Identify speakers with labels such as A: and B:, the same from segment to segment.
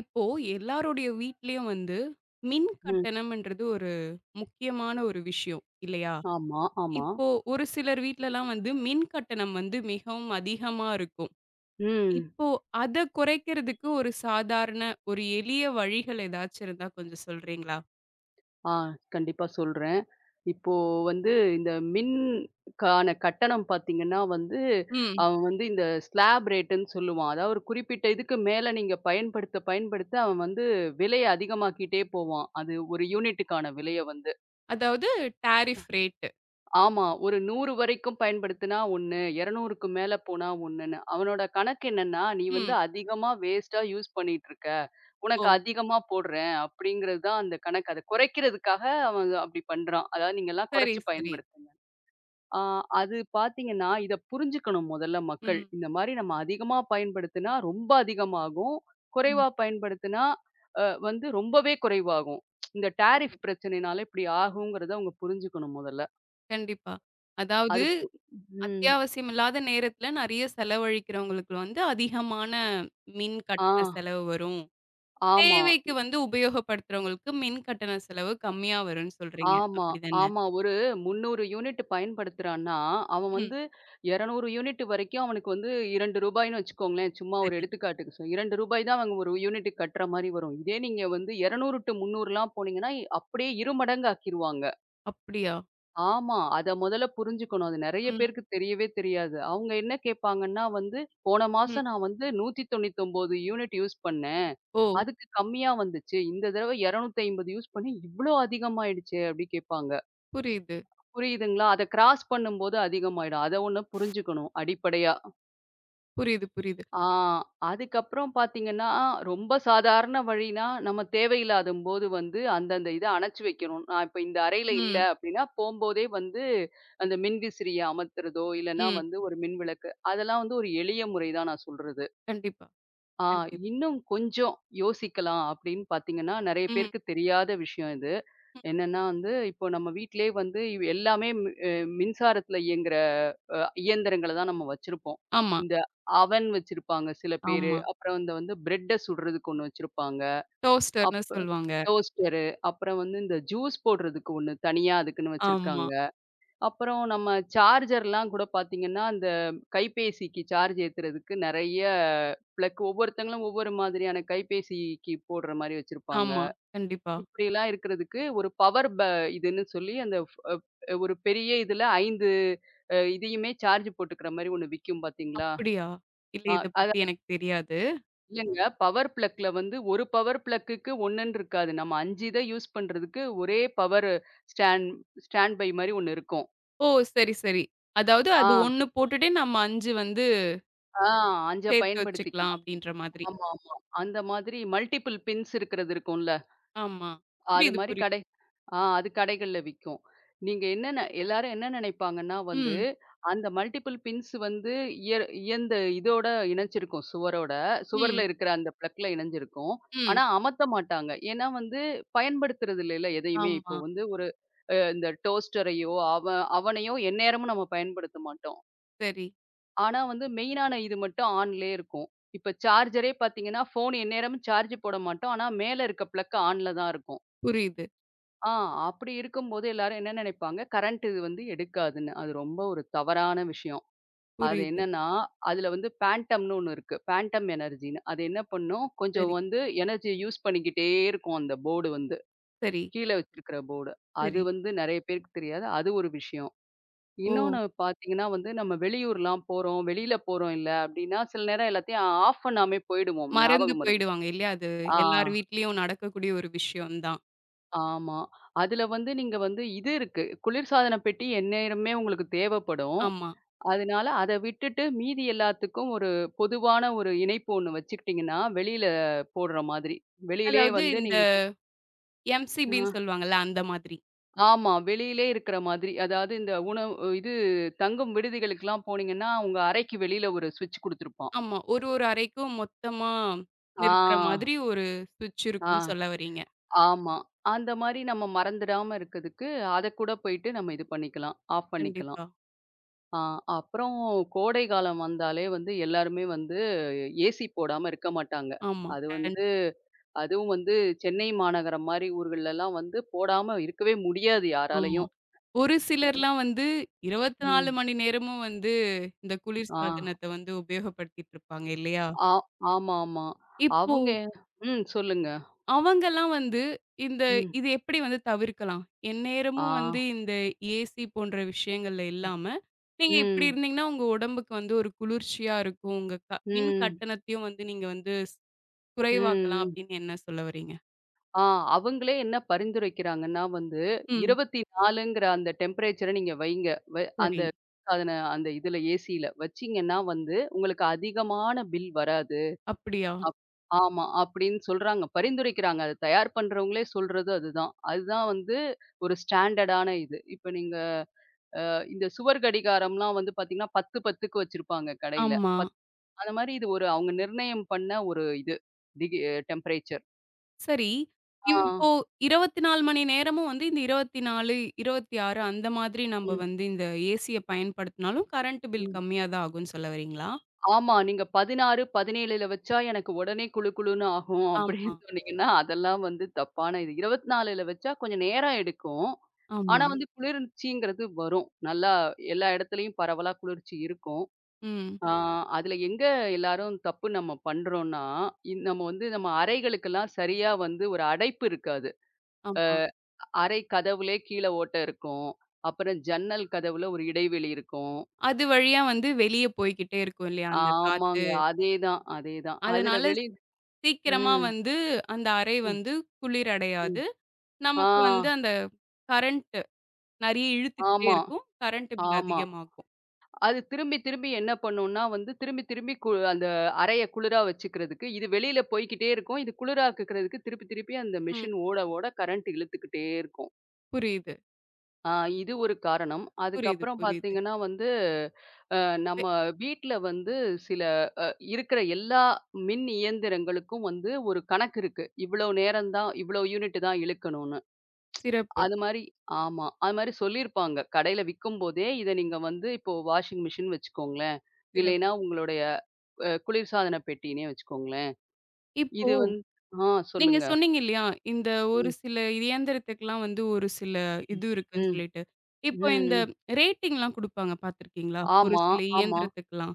A: இப்போ எல்லாருடைய வீட்லயும் வந்து மின்
B: ம்.
A: கட்டணம்ன்றது ஒரு முக்கியமான ஒரு விஷயம் இல்லையா?
B: ஆமா, ஆமா.
A: இப்போ ஒரு சிலர் வீட்லலாம் வந்து மின் கட்டணம் வந்து மிகவும் அதிகமா இருக்கும்.
B: ம்.
A: இப்போ அத குறைக்கிறதுக்கு ஒரு சாதாரண, ஒரு எளிய வழிகள் ஏதாச்சும் இருந்தா கொஞ்சம் சொல்றீங்களா?
B: ஆ கண்டிப்பா சொல்றேன். இப்போ வந்து இந்த மின்க்கான கட்டணம் பார்த்தீங்கன்னா வந்து,
A: ம்.
B: அவன் வந்து இந்த ஸ்லாப் ரேட்டுன்னு சொல்லுவான். அதாவது ஒரு குறிப்பிட்ட இதுக்கு மேல நீங்க பயன்படுத்த, பயன்படுத்த அவன் வந்து விலைய அதிகமாக்கிட்டே போவான். அது ஒரு யூனிட்டுக்கான விலைய வந்து.
A: அதாவது டாரிஃப் ரேட்டு.
B: ஆமா. ஒரு 100 வரைக்கும் பயன்படுத்தினா 1, 200க்கு மேல போனா 1ன்னு. அவனோட கணக்கு என்னன்னா, நீ வந்து
A: ம்.
B: அதிகமா வேஸ்ட்டா யூஸ் பண்ணிட்டுருக்க. உனக்கு
A: ஓ!
B: அதிகமா போடுறேன் அப்படிங்கிறது தான் அந்த கணக்கு. அத குறைக்கிறதுக்காக அவன் அப்படி பண்றான். அதாவது நீங்கலாம்
A: சரி,
B: குறைச்சு
A: சரி.
B: பயன்படுத்துங்க. ஆ அது பார்த்தீங்கன்னா, இத புரிஞ்சுக்கணும் முதல்ல மக்கள்.
A: ம்.
B: இந்த மாரி நம்ம அதிகமா பயன்படுத்தினா ரொம்ப அதிகமாகும்.
A: ம்.
B: குறைவா பயன்படுத்தினா அ வந்து ரொம்பவே குறைவாகும். இந்த டாரிஃப்
A: okay.
B: பிரச்சனைனால இப்படி ஆகுங்கிறத அவங்க புரிஞ்சுக்கணும் முதல்ல.
A: கண்டிப்பா. அதாவது
B: அது பு ம்.
A: அத்தியாவசியம் இல்லாத நேரத்துல நெறைய செலவழிக்கிறவங்களுக்கு வந்து அதிகமான மின்
B: ஆ.
A: கட்டண செலவு வரும்.
B: ஆமா,
A: தேவைக்கு வந்து உபயோகப்படுத்துறவங்களுக்கு மின் கட்டண செலவு கம்மியா வரும்னு சொல்றீங்க.
B: ஆமா,
A: அப்படிதானே?
B: ஆமா. ஒரு 300 யூனிட் பயன்படுத்துறான்னா, அவன்
A: ம்.
B: வந்து 200 யூனிட் வரைக்கும் அவனுக்கு வந்து ரூ. 2ன்னு வச்சுக்கோங்களேன். சும்மா ஒரு
A: சரி.
B: எடுத்துக்காட்டுக்கு ரூ. 2 தான் அவங்க ஒரு யூனிட்டுக்கு கட்டுற மாரி வரும். இதே நீங்க வந்து 200 டூ 300லாம் போனீங்கன்னா, அப்படியே 2 மடங்கு ஆக்கிருவாங்க.
A: அப்படியா?
B: ஆமா. அத முதல்ல புரிஞ்சுக்கணும். அது நெறைய
A: ம்.
B: பேருக்கு தெரியவே தெரியாது. அவங்க என்ன கேட்பாங்கன்னா வந்து, "போன
A: ம்.
B: மாசம் நான் வந்து 199 யூனிட் யூஸ் பண்ணேன்.
A: ஓ!
B: அதுக்கு கம்மியா வந்துச்சு. இந்த தடவ 250 யூஸ் பண்ணி இவ்ளோ அதிகமாயிடுச்சே!" அப்டி கேட்பாங்க.
A: புரியுது.
B: புரியுதுங்களா? அத கிராஸ் பண்ணும்போது அதிகமாயிடும். அத ஒண்ணு புரிஞ்சுக்கணும் அடிப்படையா.
A: புரியுது, புரியுது.
B: ஆ அதுக்கப்புறம் பார்த்தீங்கன்னா, ரொம்ப சாதாரண வழினா, நம்ம தேவையில்லாதம்போது வந்து அந்தந்த இத அணைச்சு வைக்கணும். நான் இப்ப இந்த அறையில இல்ல
A: ம்.
B: அப்டின்னா, போம்போதே வந்து அந்த மின்விசிறிய அமர்த்துறதோ, இல்லன்னா
A: ம்.
B: வந்து ஒரு மின்விளக்கு அதெல்லாம் வந்து ஒரு எளிய முறை தான் நான் சொல்றது.
A: கண்டிப்பா,
B: ஆ
A: கண்டிப்பா.
B: இன்னும் கொஞ்சம் யோசிக்கலாம் அப்படின்னு பார்த்தீங்கன்னா, நெறைய
A: ம்.
B: பேருக்கு தெரியாத விஷயம் இது.
A: ம்.
B: என்னன்னா வந்து, இப்போ நம்ம வீட்டிலேயே வந்து இவ் எல்லாமே மி அ மின்சாரத்துல இயங்குற அ இயந்திரங்கள தான் நம்ம வச்சிருப்போம்.
A: ஆமா,
B: இந்த அவன் வச்சிருப்பாங்க சில பேரு.
A: ஆமா.
B: அப்புறம் இந்த வந்து பிரெட்ட சுடுறதுக்கு ஒண்ணு வச்சிருப்பாங்க.
A: டோஸ்டர்ன்னு
B: அப்ப
A: சொல்லுவாங்க.
B: டோஸ்டரு, அப்புறம் வந்து இந்த ஜூஸ் போடுறதுக்கு ஒண்ணு தனியா அதுக்குன்னு
A: ஆமா,
B: வச்சிருக்காங்க. அப்புறம் நம்ம சார்ஜர்லாம் கூட பார்த்தீங்கன்னா, அந்த கைபேசிக்கு சார்ஜ் ஏத்துறதுக்கு நெறைய பிளக் ஒவ்வொருத்தங்களும் ஒவ்வொரு மாதிரியான கைபேசிக்கு போடுற மாரி வச்சிருப்பாங்க.
A: ஆமா. கண்டிப்பா.
B: இப்படிலாம் இருக்கிறதுக்கு ஒரு பவர் பே இதுன்னு சொல்லி அந்த ஃப் அப் ஒரு பெரிய இதுல 5 இதையுமே சார்ஜ் போட்டுக்கிற மாரி ஒண்ணு விக்கும் பார்த்தீங்களா?
A: அப்படியா? இல்ல
B: அ
A: இத
B: அது
A: பத்தி எனக்கு தெரியாது.
B: இல்லங்க. பவர் பிளக்ல வந்து ஒரு பவர் பிளக்குக்கு 1ன்னு இருக்காது. நம்ம 5 இத யூஸ் பண்றதுக்கு ஒரே பவர் ஸ்டாண்ட் ஸ்டாண்ட் பை மாரி ஒண்ணு இருக்கும்.
A: ஓ! சரி, சரி. அதாவது அது
B: ஆ,
A: 1 போட்டுட்டே நம்ம 5 வந்து
B: ஆ, 5
A: சேர்த்து வச்சுக்கலாம்
B: பயன்படுத்திக்கலாம்.
A: அப்டின்ற மாதிரி.
B: ஆமா, ஆமா. அந்த மாதிரி மல்டிபிள் பின்ஸ் இருக்கிறது இருக்கும்ல.
A: ஆமா.
B: அது
A: புரியுது,
B: மாரி
A: புரியுது.
B: கடை ஆ, அது கடைகள்ல விக்கும். நீங்க என்னென்ன எல்லாரும் என்ன நினைப்பாங்கன்னா வந்து,
A: ம்,
B: அந்த மல்டிபிள் பின்ஸ் வந்து இய இயந்த இதோட இணைஞ்சிருக்கும் சுவரோட. சுவர்ல
A: ம்,
B: இருக்கிற அந்த பிளக்ல இணைஞ்சிருக்கும்.
A: ம்.
B: ஆனா அமத்த மாட்டாங்க. ஏன்னா வந்து பயன்படுத்துறது இல்லைல்ல எதையுமே. இப்போ
A: ஆமா.
B: வந்து ஒரு இந்த டோஸ்டரையோ, அவனையோ எந்நேரமும் நம்ம பயன்படுத்த மாட்டோம்.
A: சரி.
B: ஆனா வந்து மெயினான இது மட்டும் ஆன்லயே இருக்கும். இப்ப சார்ஜரே பார்த்தீங்கன்னா, ஃபோன் எந்நேரமும் சார்ஜ் போட மாட்டோம். ஆனா மேல இருக்க பிளக் ஆன்ல தான் இருக்கும்.
A: புரியுது,
B: ஆ அப்படி இருக்கும்போது எல்லாரும் என்ன நினைப்பாங்க, கரண்ட் இது வந்து எடுக்காதுன்னு. அது ரொம்ப ஒரு தவறான விஷயம். அது
A: புரியுது.
B: என்னன்னா, அதுல வந்து பேண்டம்ன்னு ஒண்ணு இருக்கு. பேண்டம் எனர்ஜின்னு. அது என்ன பண்ணும், கொஞ்சம்
A: சரி,
B: வந்து எனர்ஜிய யூஸ் பண்ணிக்கிட்டே இருக்கும் அந்த போர்டு வந்து.
A: சரி,
B: கீழ வச்சிருக்கிற போர்டு. அது
A: சரி.
B: வந்து நெறைய பேருக்கு தெரியாது. அது ஒரு விஷயம்.
A: ஓ!
B: இன்னொன்னு பார்த்தீங்கன்னா வந்து, நம்ம வெளியூர்லாம் போறோம், வெளியில போறோம் இல்ல அப்டின்னா, சில நேரம் எல்லாத்தையும் ஆஃப் பண்ணாமே போயிடுவோம்.
A: மறந்து
B: ஞாபகம் வருது.
A: போயிடுவாங்க இல்லையா? அது
B: ஆ,
A: எல்லார் வீட்லயும் நடக்கக்கூடிய ஒரு விஷயம் தான்.
B: ஆமா. அதுல வந்து நீங்க வந்து இது இருக்கு. குளிர்சாதன பெட்டி எந்நேரமே உங்களுக்கு தேவைப்படும்.
A: ஆமா.
B: அதனால அத விட்டுட்டு மீதி எல்லாத்துக்கும் ஒரு பொதுவான ஒரு இணைப்பு ஒண்ணு வச்சுக்கிட்டீங்கன்னா, வெளியில போடுற மாதிரி. வெளியிலயே
A: அதாவது
B: வந்து
A: இந்த
B: நீங்க
A: எம்சிபின்னு
B: அ
A: சொல்லுவாங்கல்ல அந்த மாதிரி.
B: ஆமா. வெளியிலே இருக்கிற மாதிரி. அதாவது இந்த உணவு இது தங்கும் விடுதிகளுக்குலாம் போனீங்கன்னா, உங்க அறைக்கு வெளியில ஒரு ஸ்விட்ச் குடுத்துருப்பான்.
A: ஆமா. ஒரு ஒரு அறைக்கும் மொத்தமா நிறுத்துற
B: ஆ.
A: மாதிரி ஒரு சுவிட்ச் இருக்குன்னு
B: ஆ,
A: சொல்ல வர்றீங்க.
B: ஆமா. அந்த மாரி நம்ம மறந்துடாம இருக்கதுக்கு, அத கூட போயிட்டு நம்ம இது பண்ணிக்கலாம். ஆஃப் பண்ணிக்கலாம்.
A: கண்டிப்பா.
B: ஆ அப்புறம் கோடை காலம் வந்தாலே வந்து எல்லாருமே வந்து ஏசி போடாம இருக்க மாட்டாங்க.
A: ஆமா.
B: அது வந்து அதுவும் வந்து சென்னை மாநகரம் மாரி ஊர்கள்லலாம் வந்து போடாம இருக்கவே முடியாது
A: ஆமா.
B: யாராலயும்.
A: ஒரு சிலர்லாம் வந்து 24
B: ம்.
A: மணி நேரமும் வந்து இந்த குளிர்
B: ஆ,
A: சாதனத்த வந்து உபயோகப்படுத்திட்டு இருப்பாங்க இல்லையா?
B: ஆ, ஆமாமா.
A: இப்போ
B: அவங்க ம், சொல்லுங்க.
A: அவங்கலாம் வந்து இந்த
B: ம்.
A: இது எப்படி வந்து தவிர்க்கலாம்?
B: ஆ.
A: எந்நேரமும் வந்து இந்த ஏசி போன்ற விஷயங்கள்ல இல்லாம, நீங்க இப்படி
B: ம்.
A: இருந்தீங்கன்னா உங்க உடம்புக்கு வந்து ஒரு குளிர்ச்சியா இருக்கும். உங்க மின்
B: ம்.
A: கட்டணத்தையும் வந்து நீங்க வந்து குறைவாக்கலாம்
B: ம். ம்.
A: அப்படின்னு என்ன சொல்ல வர்றீங்க?
B: ஆ அவங்களே என்ன பரிந்துரைக்கிறாங்கன்னா வந்து,
A: ம்.
B: 24ங்கிற அந்த டெம்பரேச்சர நீங்க வைங்க. வ அந்த
A: சரி.
B: குளிர்சாதன அந்த இதுல ஏசியில வச்சீங்கன்னா வந்து, உங்களுக்கு அதிகமான பில் வராது.
A: அப்படியா?
B: அப் ஆமா. அப்படின்னு சொல்றாங்க. பரிந்துரைக்கிறாங்க. அத தயார் பண்றவங்களே சொல்றது அதுதான். அதுதான் வந்து ஒரு ஸ்டாண்டர்டான இது. இப்ப நீங்க இந்த சுவர் கடிகாரம்லாம் வந்து பார்த்தீங்கன்னா, 10, 10க்கு வச்சிருப்பாங்க கடையில.
A: ஆமா.
B: பத் அந்த மாரி இது ஒரு அவங்க நிர்ணயம் பண்ண ஒரு இது. Degree temperature.
A: சரி.
B: ஆ.
A: இப்போ 24 மணி நேரமும் வந்து இந்த 24, 26 அந்த மாதிரி நம்ப
B: ம்.
A: வந்து இந்த ஏசிய பயன்படுத்தினாலும் கரண்ட் பில்
B: ம்.
A: கம்மியா தான் ஆகும்ன்னு சொல்ல வரீங்களா?
B: ஆமா. நீங்க 16, 17ல வச்சா எனக்கு உடனே குளு குளுன்னு ஆகும்
A: ஆமா,
B: அப்படின்னு சொன்னீங்கன்னா, அதெல்லாம் வந்து தப்பான இது. 24ல வச்சா கொஞ்சம் நேரம் எடுக்கும். ஆனா
A: ஆமா.
B: வந்து குளிர்ச்சிங்கிறது வரும். நல்லா எல்லா இடத்துலயும் பரவலா குளிர்ச்சி இருக்கும்.
A: ம்.
B: ஆ அதுல எல்லாரும் தப்பு நம்ம பண்றோம்னா, நம்ம வந்து நம்ம அறைகளுக்கெல்லாம் சரியா வந்து ஒரு அடைப்பு இருக்காது. அ
A: ஆமா.
B: அறை கதவுலே கீழ ஓட்டை இருக்கும். அப்புறம் ஜன்னல் கதவுல ஒரு இடைவெளி இருக்கும்.
A: அது வழியா வந்து வெளிய போய்க்கிட்டே இருக்கும் இல்லையா அந்த காத்து.
B: ஆமாங்க. அதேதான், அதேதான். அதுல
A: அதனால சீக்கிரமா
B: ம்.
A: வந்து அந்த அறை
B: ம்,
A: வந்து குளிர்
B: ம்.
A: அடையாது.
B: ஆ,
A: நமக்கு வந்து அந்த கரண்ட் நெறைய இழுத்துக்கிட்டே
B: ஆமா,
A: இருக்கும். கரண்ட் பில்
B: ஆமா.
A: அதிகமாகும்.
B: அது திரும்பி, திரும்பி என்ன பண்ணும்னா வந்து திரும்பி, திரும்பி அந்த அறைய குளிரா வச்சுக்கிறதுக்கு, இது வெளியில போய்க்கிட்டே இருக்கும். இது குளிராக்குக்கிறதுக்கு திருப்பி, திருப்பி அந்த
A: ம்.
B: மிஷின் ஓட, ஓட கரண்ட் இழுத்துக்கிட்டே இருக்கும்.
A: புரியுது,
B: ஆ இது ஒரு காரணம்.
A: புரியுது,
B: அதுக்கப்புறம்
A: புரியுது.
B: பார்த்தீங்கன்னா வந்து, அ நம்ம
A: வெ-
B: வீட்ல வந்து சில இருக்கிற எல்லா மின் இயந்திரங்களுக்கும் வந்து ஒரு கணக்கு இருக்கு. இவ்வளோ நேரம் தான், இவ்வளோ யூனிட் தான் இழுக்கணும்னு.
A: சிறப்பு,
B: அது மாரி ஆமா. அது மாரி சொல்லியிருப்பாங்க. கடையில விக்கும்போதே, இத நீங்க வந்து இப்போ வாஷிங் மிஷின் வச்சுக்கோங்களேன்.
A: சிறப்பு.
B: இல்லைன்னா உங்களுடைய குளிர்சாதன பெட்டின்னே வச்சுக்கோங்களேன்.
A: இப்போ
B: இது வந்து ஆ
A: நீங்க
B: சொல்லுங்க.
A: சொன்னீங்க இல்லையா, இந்த ஒரு
B: ம்,
A: சில இயந்திரத்துக்குலாம் வந்து ஒரு சில இது இருக்குன்னு
B: ம்,
A: சொல்லிட்டு.
B: ம்,
A: இப்போ இந்த
B: ம்.
A: ரேட்டிங்லாம் குடுப்பாங்க பார்த்துருக்கீங்களா? ஒரு
B: ஆமா,
A: சில
B: ஆமா,
A: இயந்திரத்துக்குலாம்.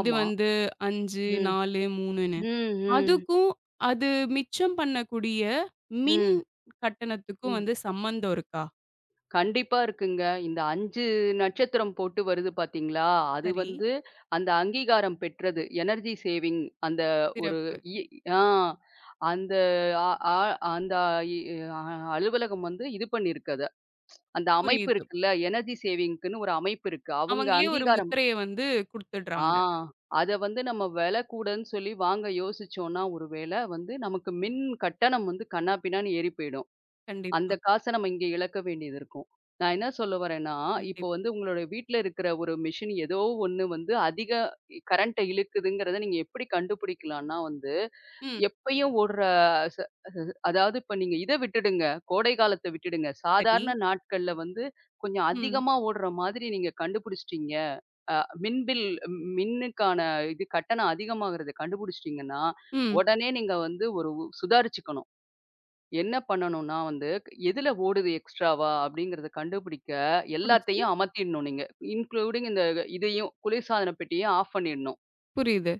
A: இது வந்து 5,
B: ம்,
A: 4, 3ன்னு.
B: ம், ம்,
A: அதுக்கும் அது மிச்சம் பண்ணக்கூடிய மின்
B: ம்,
A: கட்டணத்துக்கும்
B: ம்.
A: வந்து சம்மந்தம் இருக்கா?
B: கண்டிப்பா இருக்குங்க. இந்த 5 நட்சத்திரம் போட்டு வருது பார்த்தீங்களா, அது
A: சரி,
B: வந்து அந்த அங்கீகாரம் பெற்றது. எனர்ஜி சேவிங் அந்த ஒரு
A: சிறப்பு.
B: இ ஆ அந்த அ ஆ அந்த இ அ அலுவலகம் வந்து இது பண்ணியிருக்கு அத. அந்த அமைப்பு
A: புரியுது.
B: இருக்குல்ல, எனர்ஜி சேவிங்க்குன்னு ஒரு அமைப்பு இருக்கு. அவங்க
A: அவங்களே ஒரு
B: அங்கீகாரம்.
A: முத்திரைய வந்து
B: ஆ
A: குடுத்துடுறாங்க.
B: அத வந்து நம்ம விலை கூடன்னு சொல்லி வாங்க யோசிச்சோம்னா, ஒரு வேளை வந்து நமக்கு மின் கட்டணம் வந்து கன்னாபின்னான்னு ஏறி போயிடும். அந்த
A: கண்டிப்பா,
B: காச நம்ம இங்க இழக்க வேண்டியது இருக்கும். நான் என்ன சொல்ல வரேன்னா, இப்போ
A: கண்டிப்
B: வந்து உங்களுடைய வீட்ல இருக்கிற ஒரு மிஷின் ஏதோ ஒண்ணு வந்து அதிக கரண்ட்ட இழுக்குதுங்கிறத நீங்க எப்படி கண்டுபிடிக்கலான்னா வந்து,
A: ம்.
B: எப்பயும் ஓடுற ச அதாவது இப்ப நீங்க இத விட்டுடுங்க, கோடை காலத்த விட்டுடுங்க.
A: சரி.
B: சாதாரண நாட்கள்ல வந்து கொஞ்சம்
A: ம்,
B: அதிகமா ஓடுற மாதிரி நீங்க கண்டுபிடிச்சிட்டீங்க. அ மின் பில் மின்னுக்கான இது கட்டணம் அதிகமாகுறத கண்டுபிடிச்சிட்டீங்கன்னா,
A: ம்.
B: உடனே நீங்க வந்து ஒரு சுதாரிச்சுக்கணும். என்ன பண்ணணும்னா வந்து, எதுல ஓடுது எக்ஸ்ட்ராவா அப்படிங்கிறத கண்டுபிடிக்க
A: புடிச்சு
B: எல்லாத்தையும் அமர்த்திடணும் நீங்க. இன்க்ளூடிங் இந்த இதையும் குளிர்சாதன பெட்டியும் ஆஃப் பண்ணிடணும்.
A: புரியுது,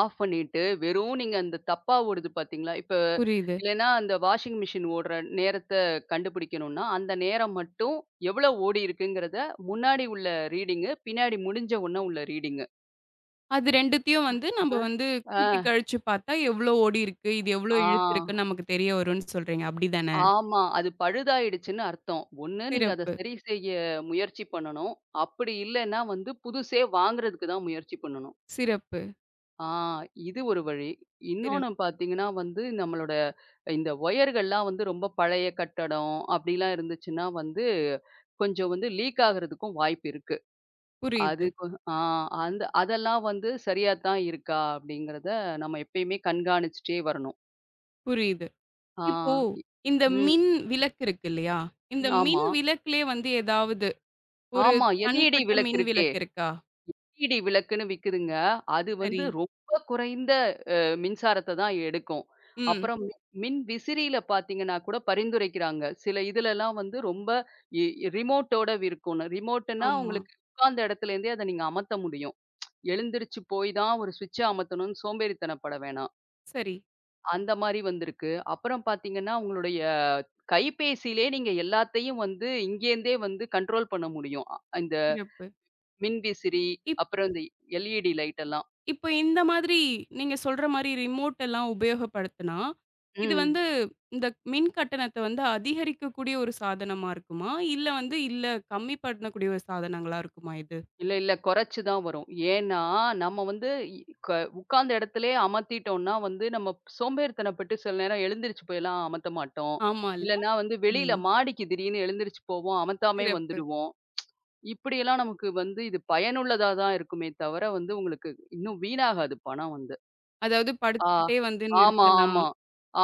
B: ஆஃப் பண்ணிட்டு வெறும் நீங்க அந்த தப்பா ஓடுது பார்த்தீங்களா? இப்ப
A: புரியுது.
B: இல்லைன்னா அந்த வாஷிங் மிஷின் ஓடுற நேரத்த கண்டுபிடிக்கணும்னா, அந்த நேரம் மட்டும் எவ்வளோ ஓடியிருக்குங்கிறத முன்னாடி உள்ள ரீடிங்கு, பின்னாடி முடிஞ்ச உடனே உள்ள ரீடிங்கு.
A: அது 2த்தையும் வந்து
B: அ,
A: நம்ம வந்து
B: ஆ,
A: கூட்டி கழிச்சு பார்த்தா, எவ்ளோ ஓடியிருக்கு, இது எவ்ளோ
B: ஆ.
A: இழுத்துருக்குன்னு நமக்கு தெரிய வரும்னு சொல்றீங்க. அப்படிதானே?
B: ஆமா. அது பழுதாயிடுச்சுன்னு அர்த்தம். ஒண்ணு நீங்க அத
A: சிறப்பு,
B: சரி செய்ய முயற்சி பண்ணணும். அப்படி இல்லன்னா வந்து புதுசே வாங்குறதுக்கு தான் முயற்சி பண்ணணும்.
A: சிறப்பு,
B: ஆ இது ஒரு வழி. இன்னொன்னு
A: சிறப்பு.
B: பார்த்தீங்கன்னா வந்து நம்மளோட இந்த ஒயர்கள்லாம் வந்து ரொம்ப பழைய கட்டடம் அப்படிலாம் இருந்துச்சுன்னா வந்து கொஞ்சம் வந்து லீக் ஆகுறதுக்கும் வாய்ப்பு இருக்கு. அது
A: புரியுது,
B: கொ ஆ, அந்த அதெல்லாம் வந்து சரியா தான் இருக்கா அப்படிங்கிறத நம்ம எப்பயுமே கண்காணிச்சுட்டே வரணும்.
A: புரியுது.
B: ஆ.
A: இப்போ
B: இ
A: இந்த
B: ம்.
A: மின் விளக்கு இருக்கு இல்லையா? இந்த
B: ஆமா.
A: மின் விளக்குலயே வந்து ஏதாவது ஒரு
B: ஆமா. எல்இடி
A: தனிப்பட்ட
B: விளக்கு
A: மின்
B: இருக்கே.
A: விளக்கு இருக்கா?
B: எல்இடி விளக்குன்னு விக்குதுங்க. அது வந்து
A: சரி.
B: ரொம்ப குறைந்த மின்சாரத்த தான் எடுக்கும்.
A: ம்.
B: அப்புறம் மின் விசிறியில பார்த்தீங்கன்னா கூட பரிந்துரைக்கிறாங்க. சில இதுலலாம் வந்து ரொம்ப இ ரிமோட்டோட இருக்கும்னு. ரிமோட்டுன்னா
A: ஆமா.
B: உங்களுக்கு உட்கார்ந்த இடத்துலேருந்தே அத நீங்க அமத்த முடியும். எழுந்திரிச்சு போய் தான் ஒரு ஸ்விட்ச அமத்தணும்னு சோம்பேறித்தனப்பட வேணாம்.
A: சரி.
B: அந்த மாரி வந்திருக்கு. அப்புறம் பார்த்தீங்கன்னா, உங்களுடைய கைபேசியிலே நீங்க எல்லாத்தையும் வந்து இங்கேருந்தே வந்து கண்ட்ரோல் பண்ண முடியும். இந்த
A: சிறப்பு.
B: மின்விசிறி, அப்புறம் இந்த எல்இடி லைட் எல்லாம்.
A: இப்ப இந்த மாதிரி நீங்க சொல்ற மாரி ரிமோட் எல்லாம் உபயோகப்படுத்துனா, இது
B: ம்.
A: வந்து இந்த மின் கட்டணத்த வந்து அதிகரிக்கக்கூடிய ஒரு சாதனமா இருக்குமா? இல்ல வந்து இல்ல கம்மி பண்ணக்கூடிய ஒரு சாதனங்களா இருக்குமா இது?
B: இல்ல, இல்ல. குறைச்சு தான் வரும். ஏன்னா, நம்ம வந்து இ க உட்கார்ந்த இடத்திலேயே அமர்த்திட்டோம்னா வந்து, நம்ம சோம்பேறித்தனப்பட்டு சில நேரம் எழுந்திரிச்சு போய்லாம் அமத்த மாட்டோம்.
A: ஆமால்ல?
B: இல்லன்னா வந்து வெளியில
A: ம்.
B: மாடிக்கு திடீர்னு எழுந்திரிச்சு போவோம். அமத்தாமயே
A: சிறப்பு.
B: வந்துருவோம். இப்படியெல்லாம் நமக்கு வந்து இது பயனுள்ளதா தான் இருக்குமே தவிர வந்து உங்களுக்கு இன்னும் வீணாகாது பணம் வந்து.
A: அதாவது
B: ஆ.
A: படுத்துக்கிட்டே வந்து
B: ஆமா,
A: நிறுத்தலாம்.
B: ஆமா,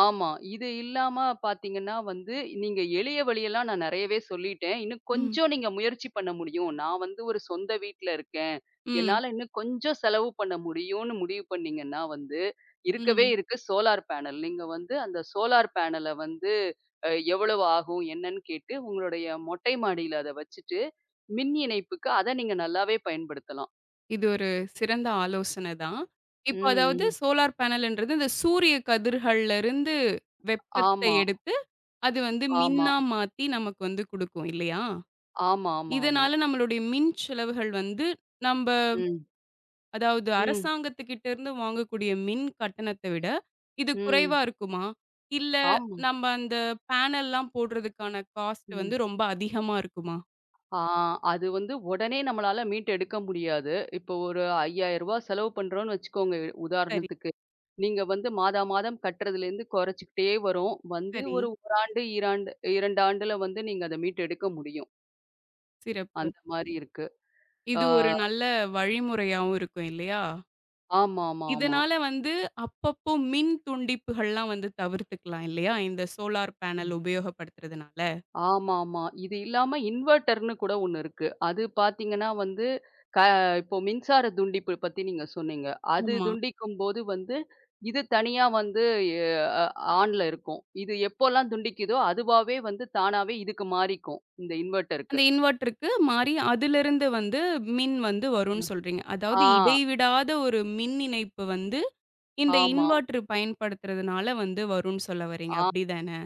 B: ஆமா. இது இல்லாம பார்த்தீங்கன்னா வந்து, நீங்க எளிய வழியெல்லாம் நான் நெறையவே சொல்லிட்டேன். இன்னும்
A: ம்.
B: கொஞ்சம் நீங்க முயற்சி பண்ண முடியும். நான் வந்து ஒரு சொந்த வீட்ல இருக்கேன்.
A: ம்.
B: என்னால இன்னும் கொஞ்சம் செலவு பண்ண முடியும்னு முடிவு பண்ணீங்கன்னா வந்து, இருக்கவே
A: ம்.
B: இருக்கு சோலார் பேனல். நீங்க வந்து அந்த சோலார் பேனல வந்து அ எவ்வளவு ஆகும்? என்னன்னு கேட்டு உங்களுடைய மொட்டை மாடியில அத வச்சுட்டு, மின் இணைப்புக்கு அத நீங்க நல்லாவே பயன்படுத்தலாம்.
A: இது ஒரு சிறந்த ஆலோசனை தான். இப்போ அதாவது
B: ம்.
A: சோலார் பேனல்ன்றது இந்த சூரிய கதிர்கள்ல இருந்து வெப்பத்தை
B: ஆமா,
A: எடுத்து, அது வந்து
B: ஆமா,
A: மின்னா மாத்தி நமக்கு வந்து குடுக்கும் இல்லையா?
B: ஆமா, ஆமா, ஆமா.
A: இதனால நம்மளுடைய மின் செலவுகள் வந்து நம்ப
B: ம்.
A: அதாவது
B: ம்,
A: அரசாங்கத்துக்கிட்ட இருந்து வாங்கக்கூடிய மின் கட்டணத்த விட, இது
B: ம்.
A: குறைவா இருக்குமா? இல்ல
B: ஆமா.
A: நம்ம அந்த பேனல்லாம் போடுறதுக்கான காஸ்ட் வந்து
B: ம்.
A: ரொம்ப அதிகமா இருக்குமா?
B: ஆ அது வந்து உடனே நம்மளால மீட்டெடுக்க முடியாது. இப்போ ஒரு ரூ. 5,000 செலவு பண்றோம்னு வச்சுக்கோங்க
A: சரி,
B: உதாரணத்துக்கு. நீங்க வந்து மாதா மாதம் கட்டுறதுலேருந்து குறைச்சுக்கிட்டே வரும். வந்து
A: சரி.
B: ஒரு 1 ஆண்டு, 2 ஆண்டுல வந்து நீங்க அத மீட்டெடுக்க முடியும்.
A: சிறப்பு.
B: அந்த மாரி இருக்கு. ஆ
A: இது ஒரு நல்ல வழிமுறையாவும் இருக்கும் இல்லையா?
B: ஆமாமா, ஆமா.
A: இதனால வந்து அப்பப்போ மின் துண்டிப்புகள்லாம் வந்து தவிர்த்துக்கலாம் இல்லையா? இந்த சோலார்
B: ஆமா.
A: பேனல் உபயோகப்படுத்துறதுனால.
B: ஆமாமா. இது இல்லாம இன்வெர்ட்டர்ன்னு கூட ஒண்ணு இருக்கு. அது பார்த்தீங்கன்னா வந்து, க இப்போ மின்சார துண்டிப்பு பத்தி நீங்க சொன்னீங்க. அது
A: ஆமா.
B: துண்டிக்கும்போது வந்து, இது தனியா வந்து எ அ ஆன்ல இருக்கும். இது எப்போலாம் துண்டிக்குதோ, அதுவாவே வந்து தானாவே இதுக்கு மாறிக்கும். இந்த இன்வெர்ட்டருக்கு.
A: அந்த இன்வெர்ட்டருக்கு மாறி அதிலிருந்து வந்து மின் வந்து வரும்னு
B: ம்.
A: சொல்றீங்க.
B: ஆ,
A: அதாவது இடைவிடாத ஒரு மின் இணைப்பு வந்து இந்த
B: ஆமா.
A: இன்வெர்ட்டர் பயன்படுத்துறதுனால வந்து வரும்னு சொல்ல வரீங்க.
B: ஆ
A: அப்படிதானே?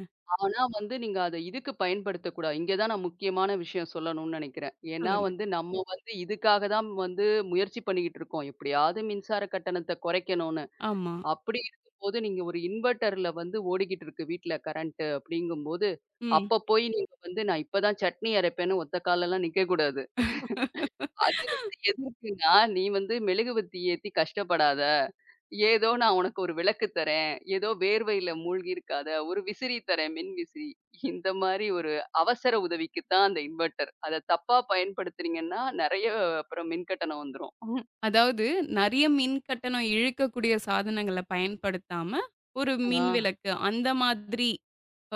B: ஆனா வந்து நீங்க அத இதுக்கு பயன்படுத்தக்கூடாது. இங்க தான் நான் முக்கியமான விஷயம் சொல்லணும்னு நெனைக்கிறேன். ஏன்னா
A: சொல்லுங்க.
B: வந்து நம்ம வந்து இதுக்காக தான் வந்து முயற்சி பண்ணிக்கிட்டு இருக்கோம். எப்படியாவது மின்சார கட்டணத்த குறைக்கணும்னு.
A: ஆமா.
B: அப்படி இருக்கும்போது நீங்க ஒரு இன்வெர்ட்டர்ல வந்து ஓடிக்கிட்டு இருக்கு வீட்ல கரண்ட் அப்படிங்கும்போது,
A: ம்.
B: அப்ப போய் நீங்க வந்து நான் இப்ப தான் சட்னி அரைப்பேன்னு ஒத்த கால்லலாம் நிக்கக்கூடாது. அது வந்து எதுக்குன்னா, "நீ வந்து மெழுகுவர்த்தி ஏத்தி கஷ்டப்படாத. ஏதோ நான் உனக்கு ஒரு விளக்கு தரேன். ஏதோ வேர்வையில மூழ்கி இருக்காத. ஒரு விசிறி தரேன், மின் விசிறி." இந்த மாரி ஒரு அவசர உதவிக்கு தான் அந்த இன்வெர்ட்டர். அத தப்பா பயன்படுத்துனீங்கன்னா, நெறைய அப்புறம் மின்கட்டணம் வந்துரும்.
A: அதாவது நெறைய மின் கட்டணம் இழுக்கக்கூடிய சாதனங்கள பயன்படுத்தாம, ஒரு
B: ஆ.
A: மின் விளக்கு அந்த மாதிரி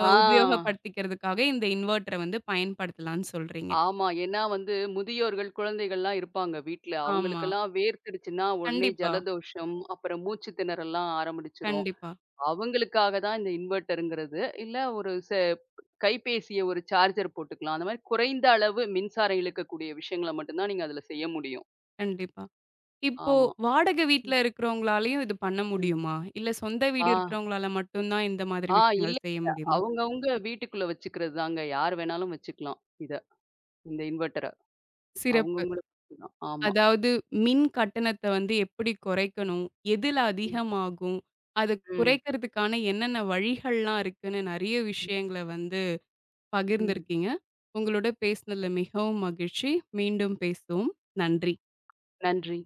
A: உபயோகப்படுத்திக்கிறதுக்காக இந்த இன்வெர்ட்டர வந்து பயன்படுத்தலாம்னு சொல்றீங்க.
B: ஆமா. ஏன்னா வந்து முதியோர்கள், குழந்தைகள்லாம் இருப்பாங்க வீட்ல.
A: ஆமா.
B: அவங்களுக்கெல்லாம் வேர்த்துடுச்சுன்னா, உடனே
A: கண்டிப்பா,
B: ஜலதோஷம், அப்புறம் மூச்சு திணறல்லாம் ஆரம்பிச்சுரும்.
A: கண்டிப்பா,
B: அவங்களுக்காக தான் இந்த இன்வெர்ட்டருங்கிறது. இல்ல ஒரு கைபேசிய ஒரு சார்ஜர் போட்டுக்கலாம். அந்த மாரி குறைந்த அளவு மின்சாரம் இழுக்கக்கூடிய விஷயங்கள மட்டும் தான் நீங்க அதுல செய்ய முடியும்.
A: கண்டிப்பா. இப்போ
B: ஆமா.
A: வாடகை வீட்ல
B: ம்,
A: இருக்கிறவங்களாலயும் இது பண்ண
B: ம்.
A: முடியுமா? இல்ல சொந்த
B: ஆ,
A: வீடு இருக்கிறவங்களால மட்டும் தான் இந்த மாதிரி
B: ஆ இல்ல.
A: விஷயங்கள் செய்ய முடியுமா?
B: அவங்கவங்க வீட்டுக்குள்ள வச்சுக்கிறது தாங்க. யார் வேணாலும் வச்சுக்கலாம் இத. இந்த இன்வெர்ட்டர.
A: சிறப்பு.
B: அவங்கவங்களுக்கு ஆமா.
A: அதாவது மின் கட்டணத்த வந்து எப்படி குறைக்கணும்? எதுல
B: ம்,
A: அதிகமாகும்? அத
B: ம்,
A: குறைக்கிறதுக்கான என்னென்ன வழிகள்லாம் இருக்குன்னு நெறைய விஷயங்கள வந்து
B: ம்.
A: பகிர்ந்திருக்கீங்க. உங்களோட பேசினதுல மிகவும் மகிழ்ச்சி. மீண்டும் பேசுவோம். நன்றி.
B: நன்றி.